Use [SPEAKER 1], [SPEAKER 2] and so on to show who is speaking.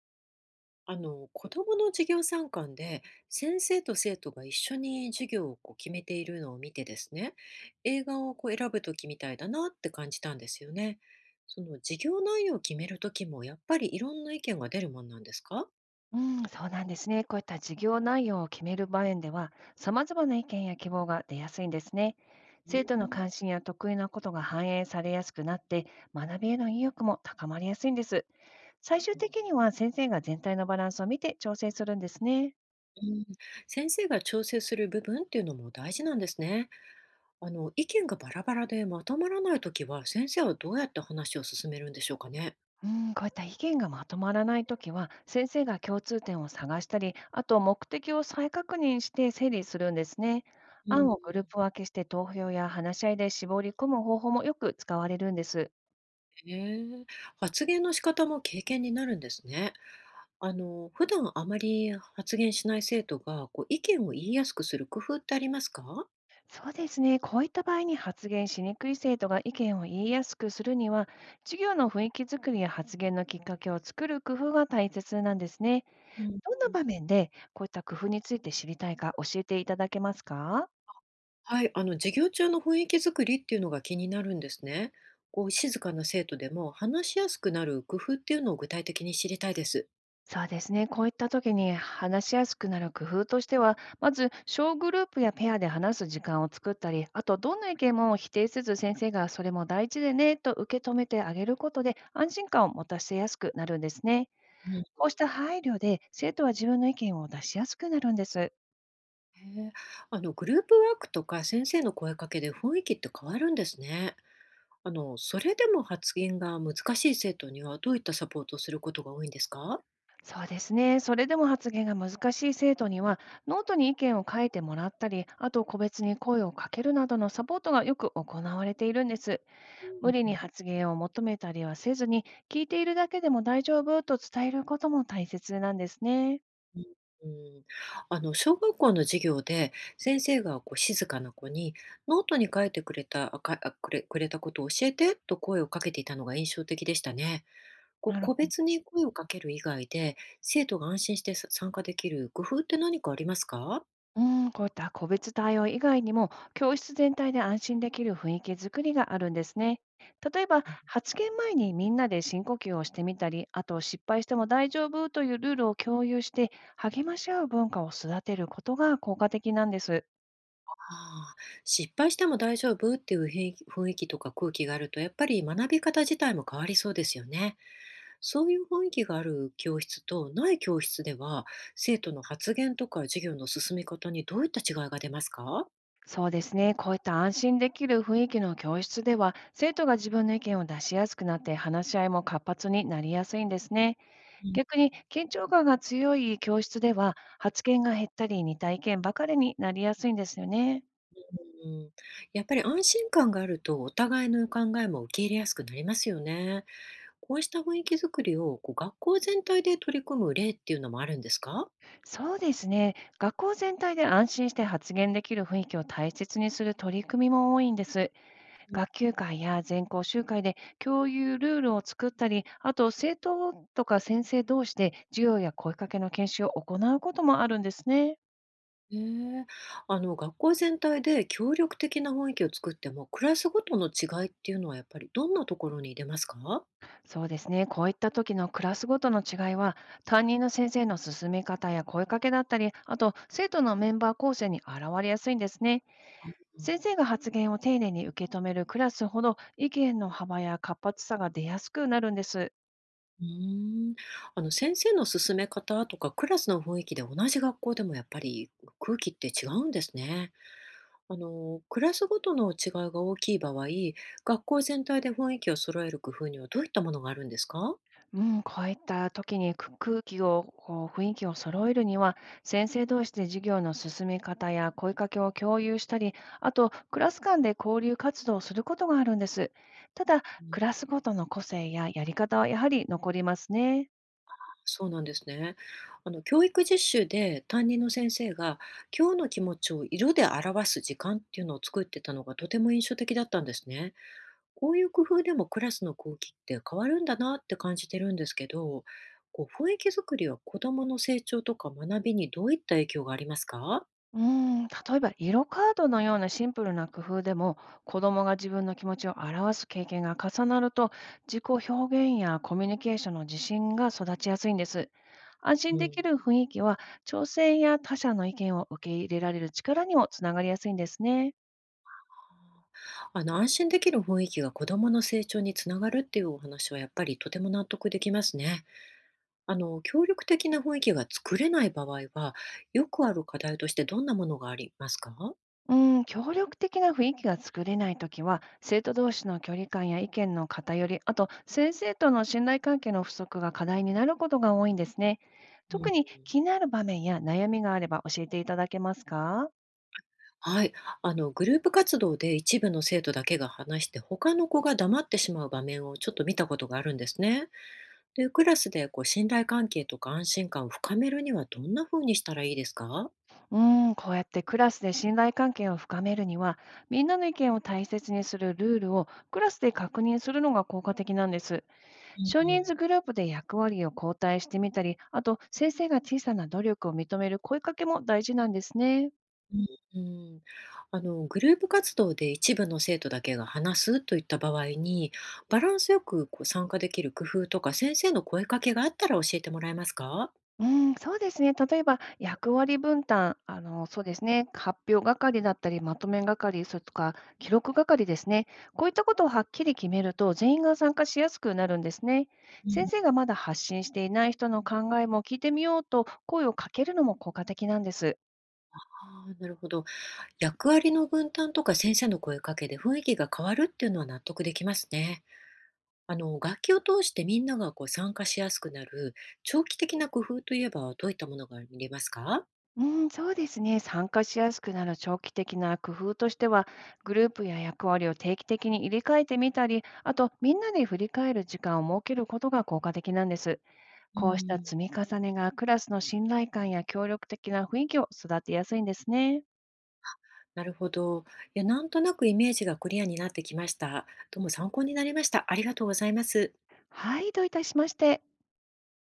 [SPEAKER 1] 子どもの授業参観で、先生と生徒が一緒に授業をこう決めているのを見てですね、映画をこう選ぶ時みたいだなって感じたんですよね。その授業内容を決める時もやっぱりいろんな意見が出るもんなんですか？
[SPEAKER 2] うん、そうなんですね。こういった事業内容を決める場面では、様々な意見や希望が出やすいんですね。
[SPEAKER 1] うん
[SPEAKER 2] 生徒
[SPEAKER 1] う
[SPEAKER 2] の関
[SPEAKER 1] ん。
[SPEAKER 2] 心や得意なことが反映されやすくなって、学びへの意欲も高まりやすいんです。最終的には先生が全体のバランスを見て調整するんですね。
[SPEAKER 1] 先生が調整する部分っていうのも大事なんですね。意見がバラバラでまとまらない時は、先生はどうやって話を進めるんでしょうかね。
[SPEAKER 2] うん、こういった意見がまとまらないときは、先生が共通点を探したり、あと目的を再確認して整理するんですね。
[SPEAKER 1] うん。
[SPEAKER 2] 案をグループ分けして投票や話し合いで絞り込む方法もよく使われるんです。
[SPEAKER 1] ええ、発言の仕方も経験になるんですね。普段あまり発言しない生徒が、こう、意見を言いやすくする工夫ってありますか？
[SPEAKER 2] そうですね。こういった場合に発言しにくい生徒が意見を言いやすくするには、授業の雰囲気づくりや発言のきっかけを作る工夫が大切なんですね。
[SPEAKER 1] うん。
[SPEAKER 2] どんな場面でこういった工夫について知りたいか教えていただけますか？
[SPEAKER 1] はい、授業中の雰囲気づくりっていうのが気になるんですね。こう、静かな生徒でも話しやすくなる工夫っていうのを具体的に知りたいです。
[SPEAKER 2] そうですね。こういった時に話しやすくなる工夫としては、まず小グループやペアで話す時間を作ったり、あとどんな意見も否定せず先生がそれも大事でねと受け止めてあげることで安心感を持たせやすくなるんですね。
[SPEAKER 1] うん。
[SPEAKER 2] こうした配慮で、生徒は自分の意見を出しやすくなるんです。
[SPEAKER 1] へえ、グループワークとか先生の声かけで雰囲気って変わるんですね。それでも発言が難しい生徒にはどういったサポートをすることが多いんですか？
[SPEAKER 2] そうですね。それでも発言が難しい生徒には、ノートに意見を書いてもらったり、あと個別に声をかけるなどのサポートがよく行われているんです。無理に発言を求めたりはせずに、聞いているだけでも大丈夫と伝えることも大切なんですね。
[SPEAKER 1] うんうん。小学校の授業で、先生がこう静かな子にノートに書いてくれたあかあくれくれたことを教えてと声をかけていたのが印象的でしたね。こう
[SPEAKER 2] なる
[SPEAKER 1] 個
[SPEAKER 2] ほど。
[SPEAKER 1] 別に声をかける以外で、生徒が安心して参加できる工夫って何かありますか？
[SPEAKER 2] うん、こういった個別対応以外にも、教室全体で安心できる雰囲気づくりがあるんですね。例えば、
[SPEAKER 1] うん。
[SPEAKER 2] 発言前にみんなで深呼吸をしてみたり、あと失敗しても大丈夫というルールを共有して、励まし合う文化を育てることが効果的なんです。
[SPEAKER 1] ああ、失敗しても大丈夫っていう雰囲気とか空気があるとやっぱり学び方自体も変わりそうですよね。そういう雰囲気がある教室とない教室では、生徒の発言とか授業の進み方にどういった違いが出ますか？
[SPEAKER 2] そうですね、こういった安心できる雰囲気の教室では、生徒が自分の意見を出しやすくなって、話し合いも活発になりやすいんですね。
[SPEAKER 1] うん、
[SPEAKER 2] 逆に緊張感が強い教室では、発言が減ったり似た意見ばかりになりやすいんですよね。
[SPEAKER 1] うん。やっぱり安心感があるとお互いの考えも受け入れやすくなりますよね。こうした雰囲気づくりを、こう学校全体で取り組む例っていうのもあるんですか？
[SPEAKER 2] そうですね。学校全体で安心して発言できる雰囲気を大切にする取り組みも多いんです。学級会や全校集会で共有ルールを作ったり、あと生徒とか先生同士で授業や声かけの研修を行うこともあるんですね。
[SPEAKER 1] ええ、学校全体で協力的な雰囲気を作っても、クラスごとの違いっていうのはやっぱりどんなところに出ますか？
[SPEAKER 2] そうですね。こういった時のクラスごとの違いは、担任の先生の進め方や声かけだったり、あと生徒のメンバー構成に現れやすいんですね。
[SPEAKER 1] うん。
[SPEAKER 2] 先生が発言を丁寧に受け止めるクラスほど、意見の幅や活発さが出やすくなるんです。
[SPEAKER 1] うーん。先生の勧め方とかクラスの雰囲気で、同じ学校でもやっぱり空気って違うんですね。クラスごとの違いが大きい場合、学校全体で雰囲気を揃える工夫にはどういったものがあるんですか？
[SPEAKER 2] うん、こういった時にく空気を、こう雰囲気を揃えるには、先生同士で授業の進め方や声かけを共有したり、あとクラス間で交流活動をすることがあるんです。ただ、
[SPEAKER 1] うん。
[SPEAKER 2] クラスごとの個性ややり方はやはり残りますね。
[SPEAKER 1] そうなんですね。教育実習で担任の先生が、今日の気持ちを色で表す時間っていうのを作ってたのがとても印象的だったんですね。こういう工夫でもクラスの空気って変わるんだなって感じてるんですけど、こう雰囲気作りは子どもの成長とか学びにどういった影響がありますか？
[SPEAKER 2] うーん、例えば色カードのようなシンプルな工夫でも、子供が自分の気持ちを表す経験が重なると、自己表現やコミュニケーションの自信が育ちやすいんです。安
[SPEAKER 1] う
[SPEAKER 2] 心で
[SPEAKER 1] ん。
[SPEAKER 2] きる雰囲気は、調整や他者の意見を受け入れられる力にもつながりやすいんですね。
[SPEAKER 1] 安心できる雰囲気が子どもの成長につながるっていうお話は、やっぱりとても納得できますね。協力的な雰囲気が作れない場合は、よくある課題としてどんなものがありますか？
[SPEAKER 2] うん、協力的な雰囲気が作れないときは、生徒同士の距離感や意見の偏り、あと先生との信頼関係の不足が課題になることが多いんですね。
[SPEAKER 1] うん。
[SPEAKER 2] 特に気になる場面や悩みがあれば教えていただけますか？
[SPEAKER 1] はい、グループ活動で一部の生徒だけが話して他の子が黙ってしまう場面を、ちょっと見たことがあるんですね。で、クラスでこう信頼関係とか安心感を深めるには、どんな風にしたらいいですか？
[SPEAKER 2] うん、こうやってクラスで信頼関係を深めるには、みんなの意見を大切にするルールをクラスで確認するのが効果的なんです。少人数グループで役割を交代してみたり、あと先生が小さな努力を認める声かけも大事なんですね。
[SPEAKER 1] うん、うん。グループ活動で一部の生徒だけが話すといった場合に、バランスよくこう参加できる工夫とか先生の声かけがあったら教えてもらえますか？
[SPEAKER 2] うん、そうですね。例えば役割分担、あの、そうですね、発表係だったり、まとめ係、それとか記録係ですね。こういったことをはっきり決めると、全員が参加しやすくなるんですね。
[SPEAKER 1] う
[SPEAKER 2] 先
[SPEAKER 1] ん、
[SPEAKER 2] 生がまだ発信していない人の考えも聞いてみようと声をかけるのも効果的なんです。
[SPEAKER 1] ああ、なるほど。役割の分担とか先生の声かけで雰囲気が変わるっていうのは納得できますね。楽器を通してみんながこう参加しやすくなる長期的な工夫といえば、どういったものが見れますか？
[SPEAKER 2] うん、そうですね。参加しやすくなる長期的な工夫としては、グループや役割を定期的に入れ替えてみたり、あとみんなで振り返る時間を設けることが効果的なんです。
[SPEAKER 1] う
[SPEAKER 2] こうした
[SPEAKER 1] ん。
[SPEAKER 2] 積み重ねがクラスの信頼感や協力的な雰囲気を育てやすいんですね。
[SPEAKER 1] なるほど。いや、なんとなくイメージがクリアになってきました。どうも参考になりました。ありがとうございます。
[SPEAKER 2] はい、どういたしまして。